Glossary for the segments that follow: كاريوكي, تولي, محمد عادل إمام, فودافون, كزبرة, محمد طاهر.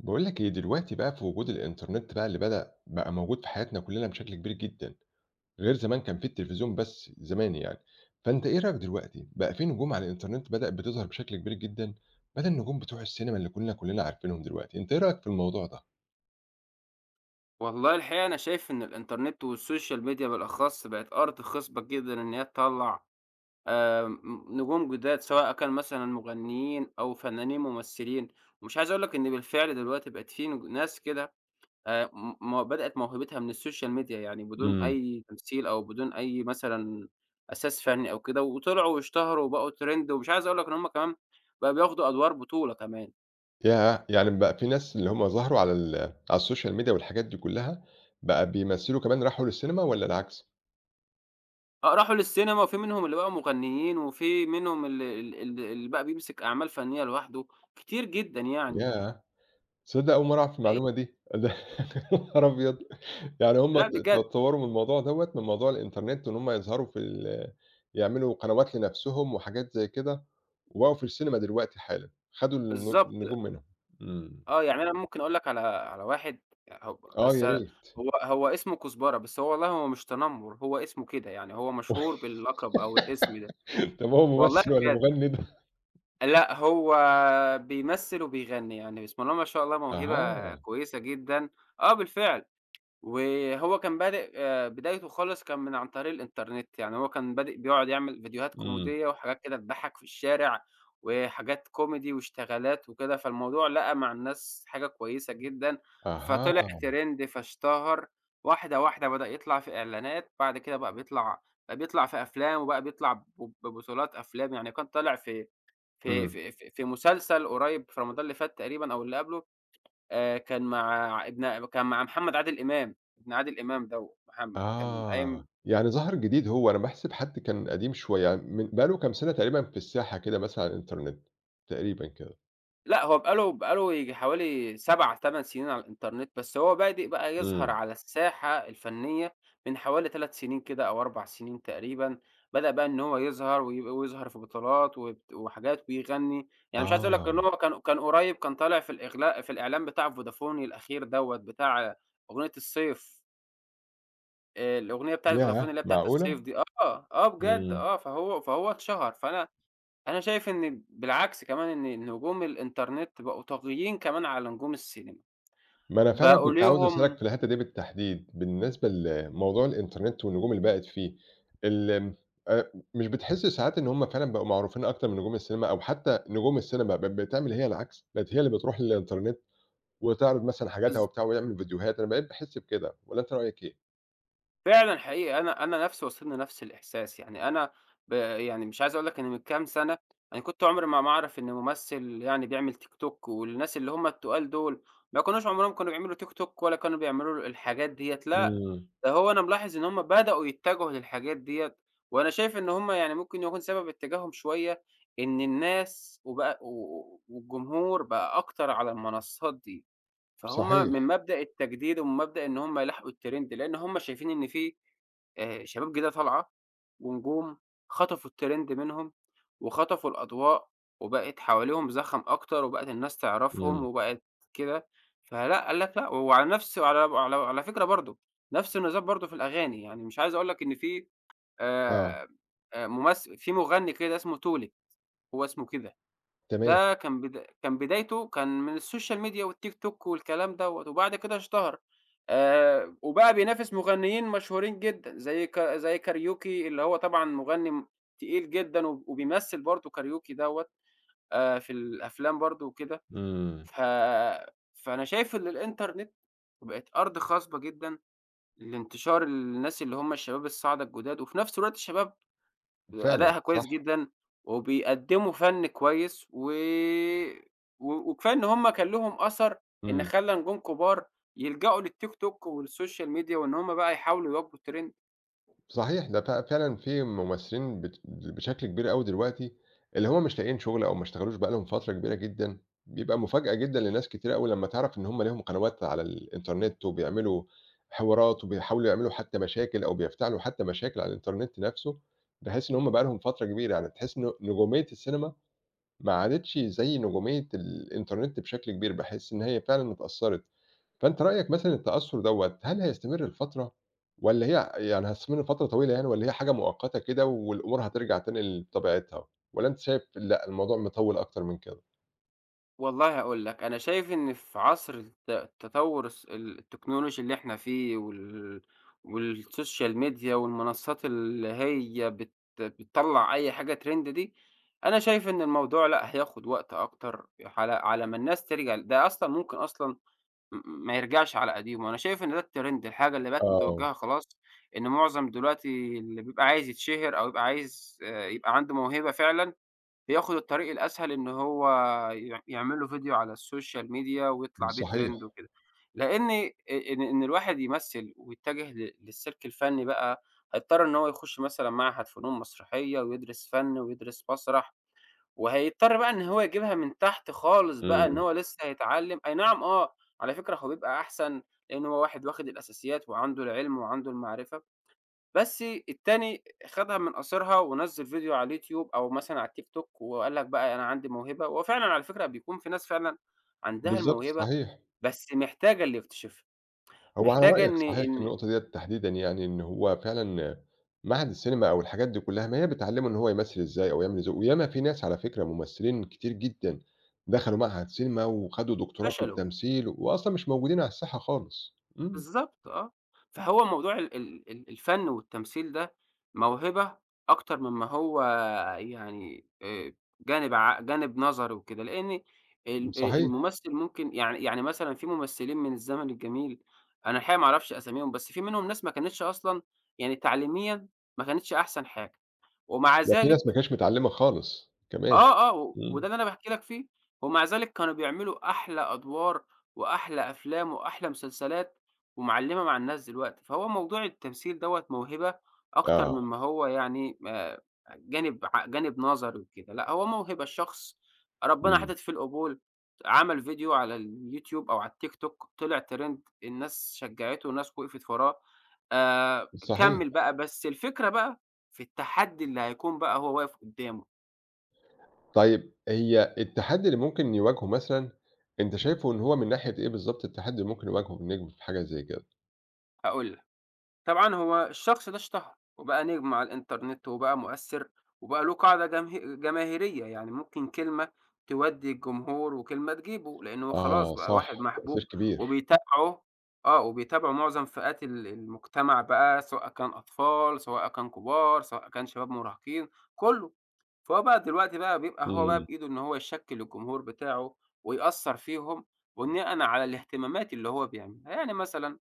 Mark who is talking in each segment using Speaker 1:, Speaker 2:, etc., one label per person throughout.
Speaker 1: باقول لك إيه، دلوقتي بقى في وجود الإنترنت بقى اللي بدأ بقى موجود في حياتنا كلّنا بشكل كبير جدًا، غير زمان كان في التلفزيون بس زمان يعني، فأنت إيه رأيك دلوقتي، بقى في نجوم على الإنترنت بدأت بتظهر بشكل كبير جدًا، بدل النجوم بتوع السينما اللي كنا كلّنا عارفينهم دلوقتي، أنت إيه رأيك في الموضوع ده؟
Speaker 2: والله الحقيقة أنا شايف إن الإنترنت والسوشيال ميديا بالأخص بقت أرض خصبة جدًا إن هي تطلّع م نجوم جداد، سواء كان مثلًا مغنيين أو فنانين ممثلين، ومش عايز أقول لك إن بالفعل دلوقتي بقت في ناس كده م م بدأت موهبتها من السوشيال ميديا، يعني بدون
Speaker 1: إمم.
Speaker 2: أي تمثيل أو بدون أي مثلًا أساس فني أو كده، وطلعوا واشتهروا وبقوا ترند، ومش عايز أقول لك إن هم كمان بقوا بياخدوا أدوار بطولة كمان.
Speaker 1: ياه! يعني بقى في ناس اللي هم ظهروا على السوشيال ميديا والحاجات دي كلّها، بقى بيمثلوا كمان راحوا للسينما والّا العكس؟
Speaker 2: آه، راحوا للسينما وفي منهم اللي بقوا مغنيين، وفي منهم ال ال ال اللي بقى بيمسك أعمال فنية لوحده، كتير جدًا يعني
Speaker 1: ياه! تصدق أول مرّة أعرف
Speaker 2: حقيقي.
Speaker 1: المعلومة دي، ده يا نهار أبيض! يعني هم
Speaker 2: لأ
Speaker 1: ت
Speaker 2: بجد،
Speaker 1: تطوّروا من الموضوع دوّة، من موضوع الإنترنت وإن هم يظهروا في ال يعملوا قنوات لنفسهم وحاجات زي كده، وبقوا في السينما دلوقتي حالًا، خدوا
Speaker 2: بالضبط.
Speaker 1: النجوم منهم. إمم.
Speaker 2: آه، يعني أنا ممكن أقول لك على واحد هو
Speaker 1: آه
Speaker 2: بس
Speaker 1: يا
Speaker 2: هو
Speaker 1: ريت.
Speaker 2: هو اسمه كزبرة، بس هو والله هو مش تنمر، هو اسمه كده، يعني هو مشهور باللقب أو الاسم ده،
Speaker 1: طب هو
Speaker 2: والله
Speaker 1: ممثل والّا
Speaker 2: بجد.
Speaker 1: مغني ده؟
Speaker 2: لأ هو بيمثل وبيغني، يعني بسم الله ما شاء الله موهبة
Speaker 1: أها.
Speaker 2: كويسة جدًا. آه بالفعل. وهو كان بادئ بدايته خالص كان عن طريق الإنترنت، يعني هو كان بادئ بيقعد يعمل فيديوهات
Speaker 1: إمم.
Speaker 2: كوميدية وحاجات كده تضحّك في الشارع، وحاجات كوميدي واشتغالات وكده، فالموضوع لقى مع الناس حاجة كويسة جدًا،
Speaker 1: أها.
Speaker 2: فطلع trend فاشتهر، واحدة، واحدة بدأ يطلع في إعلانات، بعد كده بقى بيطلع في أفلام وبقى بيطلع ببطولات أفلام، يعني كان طالع في في
Speaker 1: إمم.
Speaker 2: في في في مسلسل قريب في رمضان اللي فات تقريبًا أو اللي قبله. كان مع محمد عادل إمام، ابن عادل إمام دوّة محمد، كان قايم.
Speaker 1: آه. يعني ظهر جديد هو، أنا باحسب حد كان قديم شوية، يعني من بقى له كام سنة تقريبًا في الساحة كده مثلًا على الإنترنت، تقريبًا كده.
Speaker 2: لأ هو بقى له ييجي حوالي 7، 8 سنين على الإنترنت، بس هو بادئ بقى يظهر
Speaker 1: إمم.
Speaker 2: على الساحة الفنية من حوالي 3 سنين كده أو 4 سنين تقريبًا، بدأ بقى إن هو يظهر ويظهر في بطولات وحاجات ويغني، يعني مش عايز أقول لك إن
Speaker 1: آه.
Speaker 2: هو كان قريب كان طالع في الإعلان بتاع فودافون الأخير دوّة بتاع أغنية الصيف. الأغنية بتاعة فودافون
Speaker 1: ياه!
Speaker 2: اللي هي بتاعة
Speaker 1: معقولة؟
Speaker 2: الصيف دي آه، آه بجد
Speaker 1: إمم.
Speaker 2: آه، فهو اتشهر، فأنا أنا شايف إن بالعكس كمان إن نجوم الإنترنت بقوا طاغيين كمان على نجوم السينما،
Speaker 1: ما أنا فعلًا
Speaker 2: بقوا
Speaker 1: كنت عاوز أسألك
Speaker 2: ليهم
Speaker 1: في الحتّة دي بالتحديد، بالنسبة لموضوع الإنترنت والنجوم اللي بقت فيه، ال مش بتحس ساعات إن هم فعلًا بقوا معروفين أكتر من نجوم السينما أو حتى نجوم السينما بقت بتعمل هي العكس، بقت هي اللي بتروح للإنترنت وتعرض مثلًا حاجاتها
Speaker 2: بالض
Speaker 1: وبتاع ويعمل فيديوهات، أنا بقيت باحس بكده والّا أنت رأيك إيه؟
Speaker 2: فعلًا حقيقي، أنا نفسي واصلني نفس الإحساس، يعني أنا يعني مش عايز أقول لك إن من كام سنة أنا كنت عمري ما أعرف إن ممثل يعني بيعمل TikTok والناس اللي هم التقال دول ما كانوش عمرهم كانوا بيعملوا TikTok ولا كانوا بيعملوا الحاجات ديّة، لأ،
Speaker 1: إمم.
Speaker 2: ده هو أنا ملاحظ إن هم بدأوا يتجهوا للحاجات ديّة، وأنا شايف إن هم يعني ممكن يكون سبب اتجاههم شوية إن الناس وبقى و والجمهور بقى أكتر على المنصات دي. فهُم
Speaker 1: صحيح.
Speaker 2: من مبدأ التجديد ومن مبدأ إن هُم يلاحقوا الtrend لإن هُم شايفين إن في شباب جديدة طالعة ونجوم خطفوا الtrend منهم، وخطفوا الأضواء، وبقت حواليهم زخم أكتر، وبقت الناس تعرفهم،
Speaker 1: إمم.
Speaker 2: وبقت كده، فلأ، قال لك لأ، وعلى فكرة برضه، نفس النظام برضه في الأغاني، يعني مش عايز أقول لك إن في
Speaker 1: آه،
Speaker 2: آآ في مغني كده اسمه تولي، هو اسمه كده.
Speaker 1: تمام.
Speaker 2: ده كان كان بدايته كان من السوشيال ميديا والتيك توك والكلام دوّة، وبعد كده اشتهر، وبقى بينافس مغنيين مشهورين جدًا زي كاريوكي اللي هو طبعًا مغني تقيل جدًا وبيمثّل برضه كاريوكي دوّة في الأفلام برضه وكده،
Speaker 1: إمم.
Speaker 2: ف فأنا شايف إن الإنترنت بقت أرض خصبة جدًا لانتشار الناس اللي هم الشباب الصاعدة الجداد، وفي نفس الوقت الشباب
Speaker 1: فعلًا،
Speaker 2: أدائها كويس
Speaker 1: صح.
Speaker 2: جدًا، وبيقدّموا فَن كويس و و وكفاية إن هُم كان لهم أثر إن
Speaker 1: إمم.
Speaker 2: خلّى نجوم كبار يلجأوا للTikTok والSocial Media وإن هُم بقى يحاولوا يواكبوا الtrend.
Speaker 1: صحيح، ده فعلًا في ممثلين بشكل كبير أوي دلوقتي، اللي هم مش لاقيين شغل أو ما اشتغلوش بقى لهم فترة كبيرة جدًا، بيبقى مفاجأة جدًا لناس كتيرة أوي لمّا تعرف إن هم ليهم قنوات على الإنترنت وبيعملوا حوارات وبيحاولوا يعملوا حتى مشاكل أو بيفتعلوا حتى مشاكل على الإنترنت نَفْسه، بحيث إن هم بقى لهم فترة كبيرة، يعني تحس إن نجومية السينما ما عادتش زي نجومية الإنترنت بشكل كبير، باحس إن هي فعلًا اتأثّرت. فأنت رأيك مثلًا التأثُّر دوّة هل هيستمر لفترة والّا هي يعني هيستمر لفترة طويلة يعني والّا هي حاجة مؤقتة كده والأمور هترجع تاني لطبيعتها، والّا أنت شايف لأ الموضوع مطوِّل أكتر من كده؟
Speaker 2: والله هاقول لك، أنا شايف إن في عصر التطور التكنولوجي اللي إحنا فيه والSocial Media والمنصات اللي هي بتطلّع أي حاجة trend دي، أنا شايف إن الموضوع لأ، هياخد وقت أكتر على ما الناس ترجع ده أصلًا ممكن أصلًا م ما يرجعش على قديمه، أنا شايف إن ده الtrend الحاجة اللي بقت
Speaker 1: آه،
Speaker 2: متوجهة خلاص، إن معظم دلوقتي اللي بيبقى عايز يتشهر أو يبقى عايز يبقى عنده موهبة فعلًا، بياخد الطريق الأسهل إن هو يعمل له فيديو على السوشيال ميديا ويطلع بيه
Speaker 1: صحيح،
Speaker 2: trend وكده، لإن إن الواحد يمثّل ويتجه للسلك الفني بقى، هيضطر إن هو يخش مثلًا معهد فنون مسرحية ويدرس فن ويدرس مسرح. وهيضطر بقى إن هو يجيبها من تحت خالص بقى، إن
Speaker 1: إمم،
Speaker 2: هو لسه هيتعلّم أي نعم آه، على فكرة هو بيبقى أحسن، لإن هو واحد واخد الأساسيات وعنده العلم وعنده المعرفة، بس التاني خدها من قصرها ونزّل فيديو على اليوتيوب أو مثلًا على التيك توك وقال لك بقى أنا عندي موهبة، وفعلًا على فكرة بيكون في ناس فعلًا عندها
Speaker 1: بالضبط
Speaker 2: الموهبة،
Speaker 1: صحيح،
Speaker 2: بس محتاجة اللي يكتشفها،
Speaker 1: هو على
Speaker 2: محتاجة
Speaker 1: رأيك
Speaker 2: إن
Speaker 1: صحيح في
Speaker 2: إن
Speaker 1: النقطة ديّة تحديدًا يعني إن هو فعلًا معهد السينما أو الحاجات دي كلّها ما هي بتعلّمه إن هو يمثّل إزاي أو يعمل إزاي، وياما في ناس على فكرة ممثّلين كتير جدًا دخلوا معهد سينما وخدوا دكتوراه في
Speaker 2: فشلوا.
Speaker 1: التمثيل وأصلًا مش موجودين على الساحة خالص، إمم.
Speaker 2: بالضبط آه. فهو موضوع ال ال ال الفن والتمثيل ده موهبة أكتر مما هو يعني جانب جانب نظري وكده، لإن ال
Speaker 1: صحيح،
Speaker 2: الممثل ممكن يعني مثلًا في ممثلين من الزمن الجميل. أنا الحقيقة ما أعرفش أساميهم، بس في منهم ناس ما كانتش أصلًا يعني تعليميًا ما كانتش أحسن حاجة، ومع
Speaker 1: ده في ناس ما
Speaker 2: ذلك
Speaker 1: كانتش متعلّمة خالص كمان.
Speaker 2: آه، آه، وده
Speaker 1: إمم.
Speaker 2: اللي أنا باحكي لك فيه، ومع ذلك كانوا بيعملوا أحلى أدوار وأحلى أفلام وأحلى مسلسلات، ومعلّمة مع الناس دلوقتي، فهو موضوع التمثيل دوّة موهبة أكتر
Speaker 1: آه،
Speaker 2: مما هو يعني جانب جانب نظري وكده، لأ هو موهبة، الشخص ربنا
Speaker 1: إمم،
Speaker 2: حاطط فيه القبول، عمل فيديو على اليوتيوب أو على الTikTok طلع Trend الناس شجّعته والناس وقفت وراه،
Speaker 1: صحيح.
Speaker 2: كمّل بقى، بس الفكرة بقى في التحدي اللي هيكون بقى هو واقف قدّامه،
Speaker 1: طيب هي التحدي اللي ممكن يواجهه مثلًا، أنت شايفه إن هو من ناحية إيه بالضبط التحدي اللي ممكن يواجهه النجم في حاجة زي كده؟
Speaker 2: هاقول لك. طبعًا هو الشخص ده اشتهر، وبقى نجم على الإنترنت، وبقى مؤثّر، وبقى له قاعدة جماهيرية، يعني ممكن كلمة تودّي الجمهور وكلمة تجيبه، لأن هو خلاص
Speaker 1: آه
Speaker 2: بقى
Speaker 1: صح،
Speaker 2: واحد
Speaker 1: تأثير
Speaker 2: محبوب
Speaker 1: كبير.
Speaker 2: وبيتابعه آه، وبيتابعه معظم فئات المجتمع بقى، سواء كان أطفال، سواء كان كبار، سواء كان شباب مراهقين، كُلّه. فهو بقى دلوقتي بقى بيبقى هو بقى
Speaker 1: إمم،
Speaker 2: بإيده إن هو يشكِّل الجمهور بتاعه ويأثّر فيهم بناءً على الاهتمامات اللي هو بيعملها. يعني مثلًا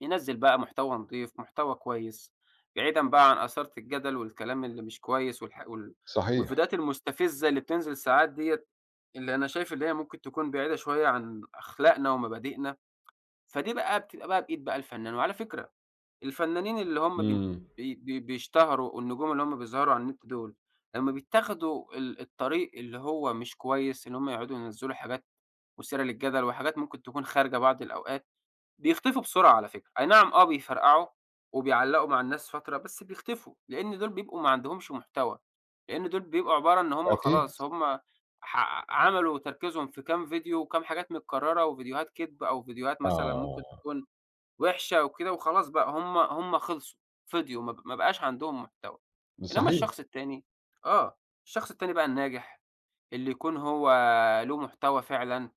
Speaker 2: ينزّل بقى محتوى نضيف، محتوى كويس، بعيدًا بقى عن إثارة الجدل والكلام اللي مش كويس والح وال
Speaker 1: صحيح،
Speaker 2: والفيديوهات المستفزة اللي بتنزل ساعات ديّة، اللي أنا شايف اللي هي ممكن تكون بعيدة شوية عن أخلاقنا ومبادئنا، فدي بقى بتبقى بقى بإيد بقى الفنان. وعلى فكرة الفنانين اللي هم بين
Speaker 1: إمم،
Speaker 2: بي بي بيشتهروا والنجوم اللي هم بيظهروا على النت دول، لمّا بيتاخدوا الطريق اللي هو مش كويس، اللي هم يقعدوا ينزّلوا حاجات مثيرة للجدل وحاجات ممكن تكون خارجة بعض الأوقات بيختفوا بسرعة على فكرة، أي نعم آه بيفرقعوا وبيعلّقوا مع الناس فترة، بس بيختفوا، لإن دول بيبقوا ما عندهمش محتوى، لإن دول بيبقوا عبارة إن هم
Speaker 1: أكيد.
Speaker 2: خلاص هم عملوا تركيزهم في كام فيديو وكام حاجات متكررة وفيديوهات كدب أو فيديوهات مثلًا ممكن
Speaker 1: آه،
Speaker 2: تكون وحشة وكده وخلاص بقى هم خلصوا، فضيوا ما بقاش عندهم محتوى، إنما
Speaker 1: صحيح.
Speaker 2: الشخص التاني آه، الشخص التاني بقى الناجح اللي يكون هو له محتوى فعلًا،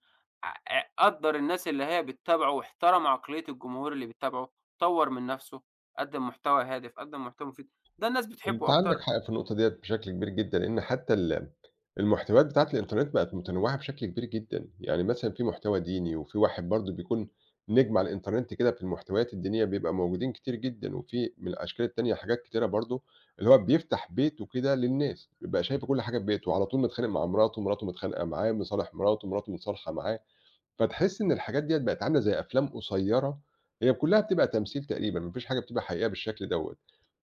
Speaker 2: قدّر الناس اللي هي بتتابعه واحترم عقلية الجمهور اللي بيتابعه، طوّر من نفسه، قدّم محتوى هادف، قدّم محتوى مفيد، ده الناس
Speaker 1: أنت
Speaker 2: بتحبه
Speaker 1: عندك
Speaker 2: أكتر،
Speaker 1: حق في النقطة ديّة بشكل كبير جدًا، لإن حتى المحتويات بتاعة الإنترنت بقت متنوعة بشكل كبير جدًا، يعني مثلًا في محتوى ديني، وفي واحد برضه بيكون نجم على الإنترنت كده في المحتويات الدينية بيبقى موجودين كتير جدًا، وفي من الأشكال التانية حاجات كتيرة برضه، اللي هو بيفتح بيته كده للناس، بيبقى شايف كل حاجة في بيته، وعلى طول متخانق مع مراته، مراته متخانقة معاه، مصالح مراته، مراته متصالحة معاه. فتحس إن الحاجات ديّة بقت عاملة زي أفلام قصيّرة، هي كلّها بتبقى تمثيل تقريبًا، ما فيش حاجة بتبقى حقيقة بالشكل دوّة،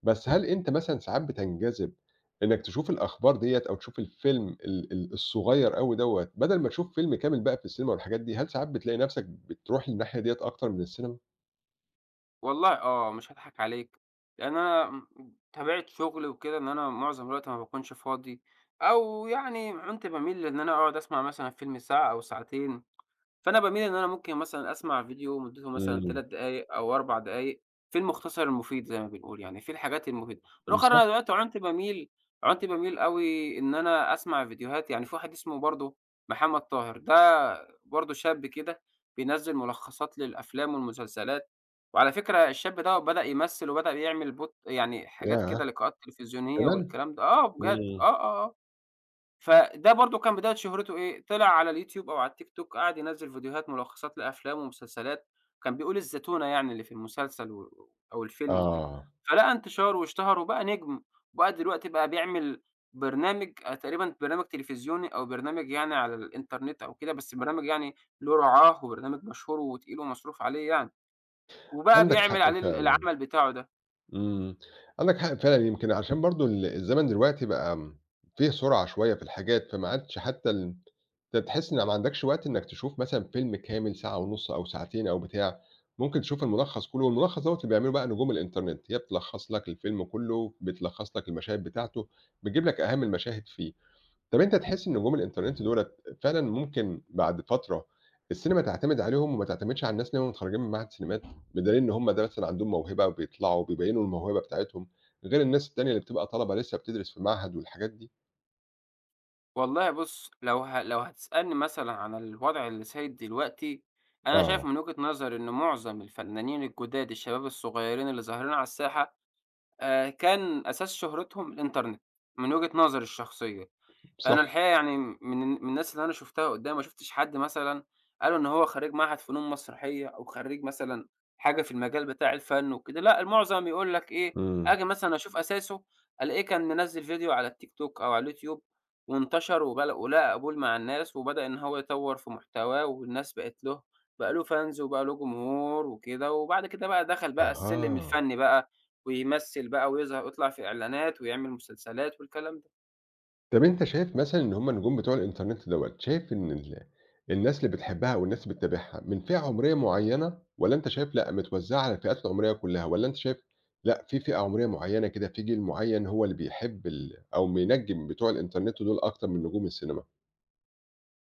Speaker 1: بس هل أنت مثلًا ساعات بتنجذب إنّك تشوف الأخبار ديّة أو تشوف الفيلم ال ال الصغيّر أوي دوّة بدل ما تشوف فيلم كامل بقى في السينما والحاجات دي، هل ساعات بتلاقي نَفْسك بتروح للناحية ديّة أكتر من السينما؟
Speaker 2: والله آه، مش هاضحك عليك، لأن أنا طبيعة شغلي وكده إن أنا معظم الوقت ما باكونش فاضي، أو يعني كنت باميل لإن أنا أقعد أسمع مثلًا فيلم ساعة أو ساعتين. فأنا باميل إن أنا ممكن مثلًا أسمع فيديو مدته مثلًا
Speaker 1: إمم،
Speaker 2: 3 دقايق أو 4 دقايق في المختصر المفيد زي ما بنقول، يعني في الحاجات المفيدة. بالآخر
Speaker 1: صح،
Speaker 2: أنا دلوقتي عُنت باميل أوي إن أنا أسمع فيديوهات يعني في واحد اسمه برضه محمد طاهر، ده برضه شاب كده بينزّل ملخصات للأفلام والمسلسلات، وعلى فكرة الشاب دوّة بدأ يمثّل وبدأ يعمل يعني حاجات
Speaker 1: ياه!
Speaker 2: كده لقاءات تلفزيونية
Speaker 1: كمان!
Speaker 2: والكلام ده. آه بجد، آه،
Speaker 1: إمم،
Speaker 2: آه، آه. فده برضه كان بداية شهرته إيه، طلع على اليوتيوب أو على الTikTok قعد ينزّل فيديوهات ملخصات لأفلام ومسلسلات، كان بيقول الزتونة يعني اللي في المسلسل أو الفيلم وكده،
Speaker 1: آه،
Speaker 2: فلقى انتشار واشتهر وبقى نجم، وبقى دلوقتي بقى بيعمل برنامج تقريبًا برنامج تلفزيوني أو برنامج يعني على الإنترنت أو كده، بس برنامج يعني له رعاه وبرنامج مشهور وتقيل ومصروف عليه يعني، وبقى
Speaker 1: عندك
Speaker 2: بيعمل
Speaker 1: حق
Speaker 2: عليه
Speaker 1: فعلًا.
Speaker 2: العمل بتاعه ده.
Speaker 1: إمم. عندك حق فعلًا، يمكن عشان برضه الزمن دلوقتي بقى فيه سرعة شوية في الحاجات، فما عادش حتى أنت تحس إن ما عندكش وقت إنّك تشوف مثلًا فيلم كامل ساعة ونُص أو ساعتين أو بتاع، ممكن تشوف الملخّص كُلّه والملخّص دوّة اللي بيعمله بقى نجوم الإنترنت، هي بتلخّص لك الفيلم كُلّه، بتلخّص لك المشاهد بتاعته، بتجيب لك أهم المشاهد فيه. طب أنت تحس إن نجوم الإنترنت دُولة فعلًا ممكن بعد فترة السينما تعتمد عليهم وما تعتمدش على الناس اللي هم متخرّجين من معهد سينمات، بدليل إن هم ده مثلًا عندهم موهبة وبيطلعوا وبيبيّنوا الموهبة بتاعتهم، غير الناس التانية اللي بتبقى طلبة لسه بتدرس في معهد والحاجات دي؟
Speaker 2: والله بُص، لو هتسألني مثلًا عن الوضع اللي سايد دلوقتي، أنا شايف
Speaker 1: آه،
Speaker 2: من وجهة نظري إن معظم الفنانين الجداد الشباب الصغيّرين اللي ظاهرين على الساحة، كان أساس شهرتهم الإنترنت، من وجهة نظري الشخصية.
Speaker 1: صح،
Speaker 2: أنا الحقيقة يعني من الناس اللي أنا شُفتها قدّامي ما شُفتش حد مثلًا قالوا إن هو خرّيج معهد فنون مسرحية أو خرّيج مثلًا حاجة في المجال بتاع الفن وكده، لأ المُعظم يقول لك إيه،
Speaker 1: إمم،
Speaker 2: آجي مثلًا أشوف أساسه ألاقيه كان منزّل فيديو على التيك توك أو على اليوتيوب وانتشر ولقى قبول مع الناس وبدأ إن هو يطوّر في محتواه والناس بقت له بقى له fans وبقى له جمهور وكده، وبعد كده بقى دخل بقى السلِّم
Speaker 1: أها.
Speaker 2: الفني بقى ويمثّل بقى ويظهر ويطلع في إعلانات ويعمل مسلسلات والكلام ده.
Speaker 1: طب أنت شايف مثلًا إن هُم النجوم بتوع الإنترنت دوّة، شايف إن الناس اللي بتحبها أو الناس اللي بتتابعها من فئة عمرية معيّنة، والّا أنت شايف لأ متوزعة على الفئات العمرية كلها، والّا أنت شايف لأ في فئة عمرية معيّنة كده، في جيل معيّن هو اللي بيحب ال أو بينجّم بتوع الإنترنت دول أكتر من نجوم السينما؟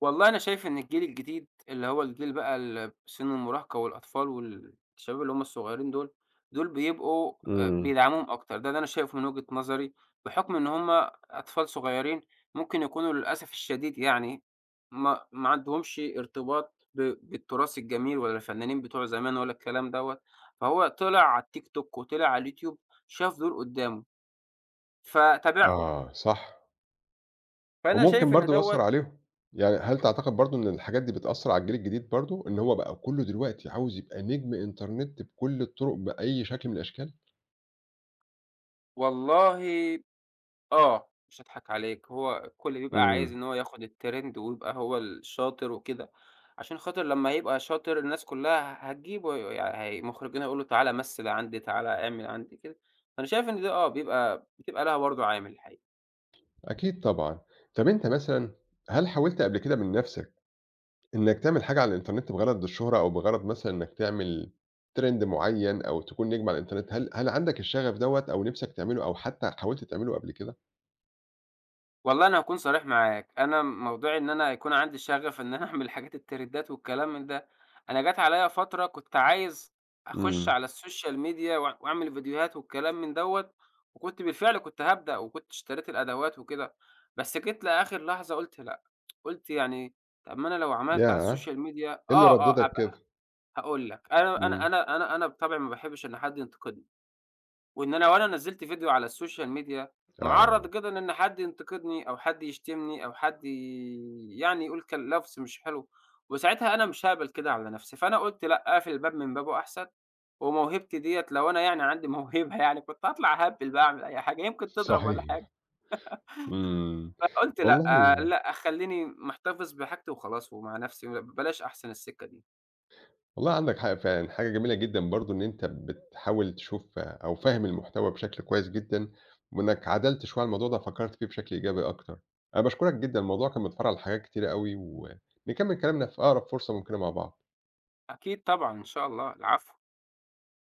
Speaker 2: والله أنا شايف إن الجيل الجديد، اللي هو الجيل بقى سِن المراهقة والأطفال والشباب اللي هم الصغيّرين دول، دول بيبقوا
Speaker 1: إمم.
Speaker 2: بيدعموهم أكتر، ده اللي أنا شايفه من وجهة نظري، بحُكم إن هم أطفال صغيّرين ممكن يكونوا للأسف الشديد يعني ما عندهمش ارتباط بالتراث الجميل ولا الفنانين بتوع زمان ولا الكلام دوّة، فهو طلع على التيك توك وطلع على اليوتيوب شاف دول قدّامه فتابعهم،
Speaker 1: آه صح،
Speaker 2: فأنا
Speaker 1: وممكن
Speaker 2: شايف إن
Speaker 1: برضه
Speaker 2: دوّة.
Speaker 1: يأثّر عليهم، يعني هل تعتقد برضه إن الحاجات دي بتأثّر على الجيل الجديد برضه، إن هو بقى كلّه دلوقتي عاوز يبقى نجم إنترنت بكل الطرق بأي شكل من الأشكال؟
Speaker 2: والله آه، مش هاضحك عليك، هو الكل بيبقى عايز
Speaker 1: إمم.
Speaker 2: إن هو ياخد الtrend ويبقى هو الشاطر وكده، عشان خاطر لمّا يبقى شاطر الناس كلّها هتجيبه هي المخرجين هيقولوا تعالَ مثِّل عندي، تعالَ اعمل عندي كده، فأنا شايف إن ده آه، بتبقى لها برضه عامل الحقيقة.
Speaker 1: أكيد طبعًا. طَب أنت مثلًا هل حاولت قبل كده من نَفْسك إنّك تعمل حاجة على الإنترنت بغرض الشهرة أو بغرض مثلًا إنّك تعمل trend معيّن أو تكون نجم على الإنترنت، هل عندك الشغف دوّة أو نِفْسك تعمله أو حتى حاولت تعمله قبل كده؟
Speaker 2: والله أنا هاكون صريح معاك، أنا موضوع إن أنا يكون عندي شغف إن أنا أعمل الحاجات الترندات والكلام من ده، أنا جات عليَّ فترة كنت عايز أخش
Speaker 1: إمم.
Speaker 2: على السوشيال ميديا وأعمل فيديوهات والكلام من دوّة، وكنت بالفعل كنت هابدأ وكنت اشتريت الأدوات وكده، بس جيت لآخر لحظة قُلت لأ، قُلت يعني طب ما أنا لو عملت على
Speaker 1: ياه!
Speaker 2: السوشيال ميديا
Speaker 1: إيه اللي
Speaker 2: آه، آه،
Speaker 1: ردِّدك كده؟
Speaker 2: أبقى. هاقول لك، أنا أنا
Speaker 1: إمم.
Speaker 2: أنا أنا أنا بطبعي ما باحبش إن حد ينتقدني. وإن أنا لو أنا نزّلت فيديو على السوشيال ميديا، مُعرّض
Speaker 1: آه.
Speaker 2: كده لإن حد ينتقدني أو حد يشتمني أو حد يعني يقول كل لَفْظ مش حلو، وساعتها أنا مش هاقبل كده على نَفْسي، فأنا قُلت لأ، أقفل الباب من بابه أحسن، وموهبتي ديّة لو أنا يعني عندي موهبة يعني كنت هاطلع أهبِّل بقى أعمل أي حاجة، يمكن تضرب والّا حاجة،
Speaker 1: صحيح. إمم.
Speaker 2: فقُلت
Speaker 1: والله
Speaker 2: لأ، لأ خلّيني محتفظ بحاجتي وخلاص ومع نَفْسي، بلاش أحسن السكة دي.
Speaker 1: والله عندك حق فعلًا، حاجة جميلة جدًا برضه إن أنت بتحاول تشوف أو فاهم المحتوى بشكل كويس جدًا، وإنك عدلت شوية على الموضوع ده فكّرت فيه بشكل إيجابي أكتر. أنا باشكرك جدًا، الموضوع كان متفرّع لحاجات كتيرة أوي، ونكمّل كلامنا في أقرب فرصة ممكنة مع بعض.
Speaker 2: أكيد طبعًا، إن شاء الله، العفو.